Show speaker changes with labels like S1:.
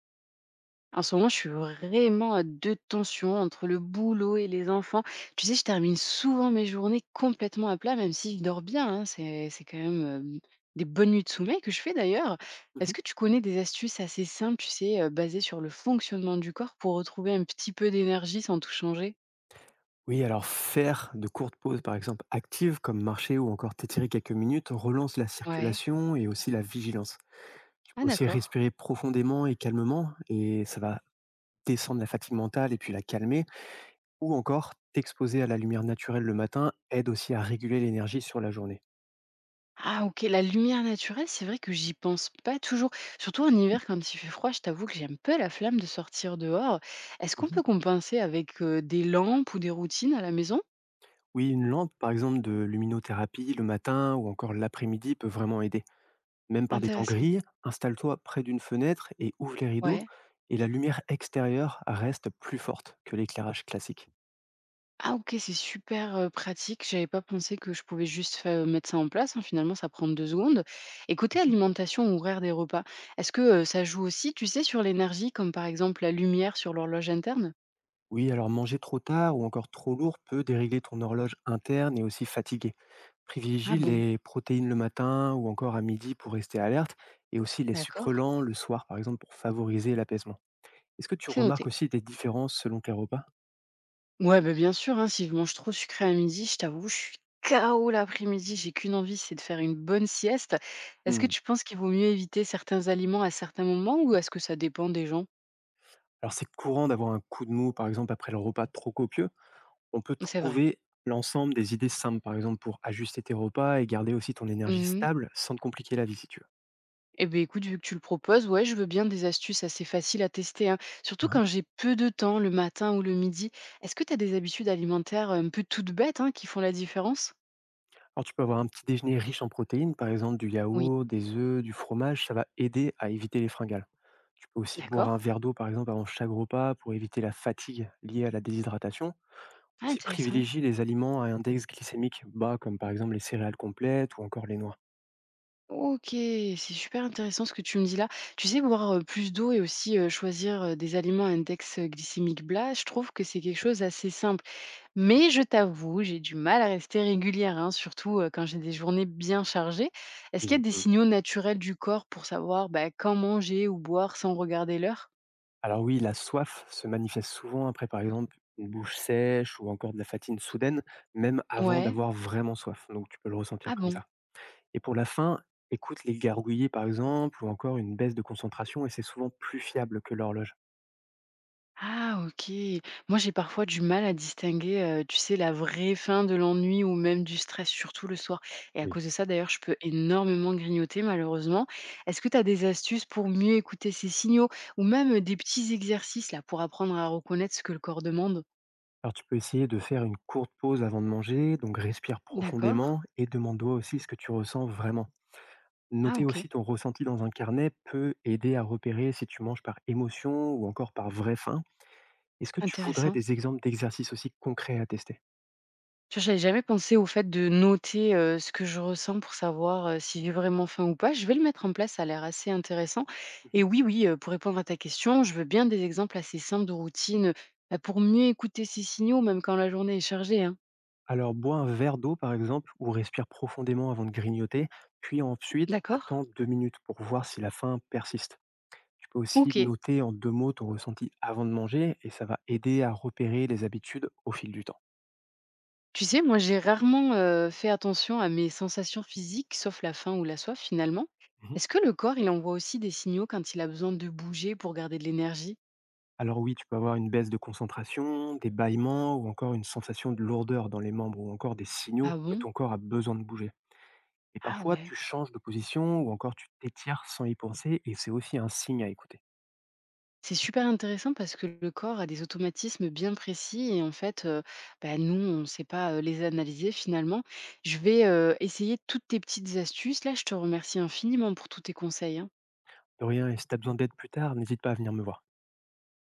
S1: En ce moment, je suis vraiment à 2 tensions entre le boulot et les enfants. Tu sais, je termine souvent mes journées complètement à plat, même si je dors bien, hein. C'est quand même, des bonnes nuits de sommeil que je fais d'ailleurs. Est-ce
S2: Mmh.
S1: que tu connais des astuces assez simples, tu sais, basées sur le fonctionnement du corps pour retrouver un petit peu d'énergie sans tout changer?
S2: Oui, alors faire de courtes pauses, par exemple actives, comme marcher ou encore t'étirer quelques minutes, relance la
S1: Ouais.
S2: circulation et aussi la vigilance. Tu
S1: Ah
S2: peux aussi
S1: d'accord.
S2: respirer profondément et calmement et ça va descendre la fatigue mentale et puis la calmer. Ou encore, t'exposer à la lumière naturelle le matin aide aussi à réguler l'énergie sur la journée.
S1: Ah OK, la lumière naturelle, c'est vrai que j'y pense pas toujours. Surtout en hiver quand il fait froid, je t'avoue que j'ai un peu la flamme de sortir dehors. Est-ce qu'on
S2: Mhm.
S1: peut compenser avec, des lampes ou des routines à la maison?
S2: Oui, une lampe, par exemple, de luminothérapie le matin ou encore l'après-midi peut vraiment aider. Même par des temps
S1: Intéressant.
S2: gris, installe-toi près d'une fenêtre et ouvre les rideaux,
S1: Ouais.
S2: et la lumière extérieure reste plus forte que l'éclairage classique.
S1: Ah OK, c'est super, pratique. J'avais pas pensé que je pouvais juste fai mettre ça en place, hein, finalement ça prend 2 secondes. Et côté alimentation ou horaire des repas, est-ce que, ça joue aussi, tu sais, sur l'énergie comme par exemple la lumière sur l'horloge interne?
S2: Oui, alors manger trop tard ou encore trop lourd peut dérégler ton horloge interne et aussi fatiguer.
S1: Ah
S2: Privilégie
S1: bon,
S2: les protéines le matin ou encore à midi pour rester alerte et aussi les sucres
S1: d'accord,
S2: lents le soir par exemple pour favoriser l'apaisement. Est-ce que tu
S1: c'est
S2: remarques
S1: noté.
S2: aussi des différences selon tes repas?
S1: Ouais, beh, bien sûr, hein, si je mange trop sucré à midi, je t'avoue, je suis KO l'après-midi, j'ai qu'une envie, c'est de faire une bonne sieste. Est-ce que
S2: Hmm.
S1: tu penses qu'il vaut mieux éviter certains aliments à certains moments ou est-ce que ça dépend des gens?
S2: Alors c'est courant d'avoir un coup de mou par exemple après le repas trop copieux. On peut
S1: C'est vrai.
S2: trouver l'ensemble des idées simples par exemple pour ajuster tes repas et garder aussi ton énergie
S1: Mmh mh.
S2: stable sans te compliquer la vie si tu
S1: Eh beh, écoute, vu que tu le proposes, ouais, je veux bien des astuces assez faciles à tester, hein, surtout
S2: veux.
S1: quand j'ai peu de temps, le matin ou le midi. Est-ce que tu as des habitudes alimentaires un peu toutes bêtes, hein, qui font la différence?
S2: Alors, tu peux avoir un petit déjeuner riche en protéines, par exemple du
S1: Oui.
S2: yaourt, des œufs, du fromage, ça va aider à éviter les fringales. Tu peux aussi boire
S1: D'accord.
S2: un verre d'eau, par exemple, avant chaque repas pour éviter la fatigue liée à la déshydratation.
S1: Ah,
S2: Aussi,
S1: intéressant.
S2: privilégie les aliments à index glycémique bas, comme par exemple les céréales complètes ou encore les noix.
S1: OK, c'est super intéressant ce que tu me dis là. Tu sais, boire plus d'eau et aussi choisir des aliments à index glycémique bas, je trouve que c'est quelque
S2: Oui.
S1: chose assez simple. Mais je t'avoue, j'ai du mal à rester régulière, hein, surtout quand j'ai des journées bien chargées. Est-ce qu'il y
S2: Oui,
S1: a des
S2: mm.
S1: signaux naturels du corps pour savoir bah, quand manger ou boire sans regarder l'heure.
S2: Alors oui, la soif se manifeste souvent après, par exemple, une bouche sèche ou encore de la fatigue soudaine, même avant
S1: Ouais.
S2: d'avoir vraiment soif. Donc, tu peux le ressentir
S1: Ah
S2: comme
S1: bon.
S2: ça. Et pour la fin, écoute les gargouillis par exemple ou encore une baisse de concentration et c'est souvent plus fiable que l'horloge.
S1: Ah OK. Moi, j'ai parfois du mal à distinguer, tu sais, la vraie faim de l'ennui ou même du stress, surtout le soir et à
S2: Oui.
S1: cause de ça, d'ailleurs, je peux énormément grignoter malheureusement. Est-ce que tu as des astuces pour mieux écouter ces signaux ou même, des petits exercices là pour apprendre à reconnaître ce que le corps demande?
S2: Alors tu peux essayer de faire une courte pause avant de manger, donc respire
S1: D'accord.
S2: profondément et demande-toi aussi ce que tu ressens vraiment.
S1: Ah
S2: Noter
S1: OK,
S2: aussi ton ressenti dans un carnet peut aider à repérer si tu manges par émotion ou encore par vraie faim. Est-ce que tu voudrais
S1: intéressant.
S2: des exemples d'exercices aussi concrets à tester?
S1: Tu vois, j'avais jamais pensé au fait de noter, ce que je ressens pour savoir, si j'ai vraiment faim ou pas. Je vais le mettre en place, ça a l'air assez intéressant
S2: Mhm.
S1: et oui, oui, pour répondre à ta question, je veux bien des exemples assez simples de routines, bah, pour mieux écouter ces signaux, même quand la journée est chargée, hein.
S2: Alors bois un verre d'eau par exemple ou respire profondément avant de grignoter, puis ensuite
S1: D'accord.
S2: attends 2 minutes pour voir si la faim persiste. Tu peux aussi
S1: OK.
S2: noter en 2 mots ton ressenti avant de manger et ça va aider à repérer les habitudes au fil du temps.
S1: Tu sais, moi, j'ai rarement, fait attention à mes sensations physiques, sauf la faim ou la soif, finalement.
S2: Mhm.
S1: Est-ce que le corps, il envoie aussi des signaux quand il a besoin de bouger pour garder de l'énergie?
S2: Alors oui, tu peux avoir une baisse de concentration, des bâillements ou encore une sensation de lourdeur dans les membres ou encore des signaux
S1: Ah
S2: que
S1: bon?
S2: ton corps a besoin de bouger. Et
S1: Ah
S2: parfois,
S1: ouais.
S2: tu changes de position ou encore tu t'étires sans y penser et c'est aussi un signe à écouter.
S1: C'est super intéressant parce que le corps a des automatismes bien précis et en fait, bah, nous, on ne sait pas, les analyser finalement. Je vais, essayer toutes tes petites astuces là. Je te remercie infiniment pour tous tes conseils, hein.
S2: De rien, et si tu as besoin d'aide plus tard, n'hésite pas à venir me voir.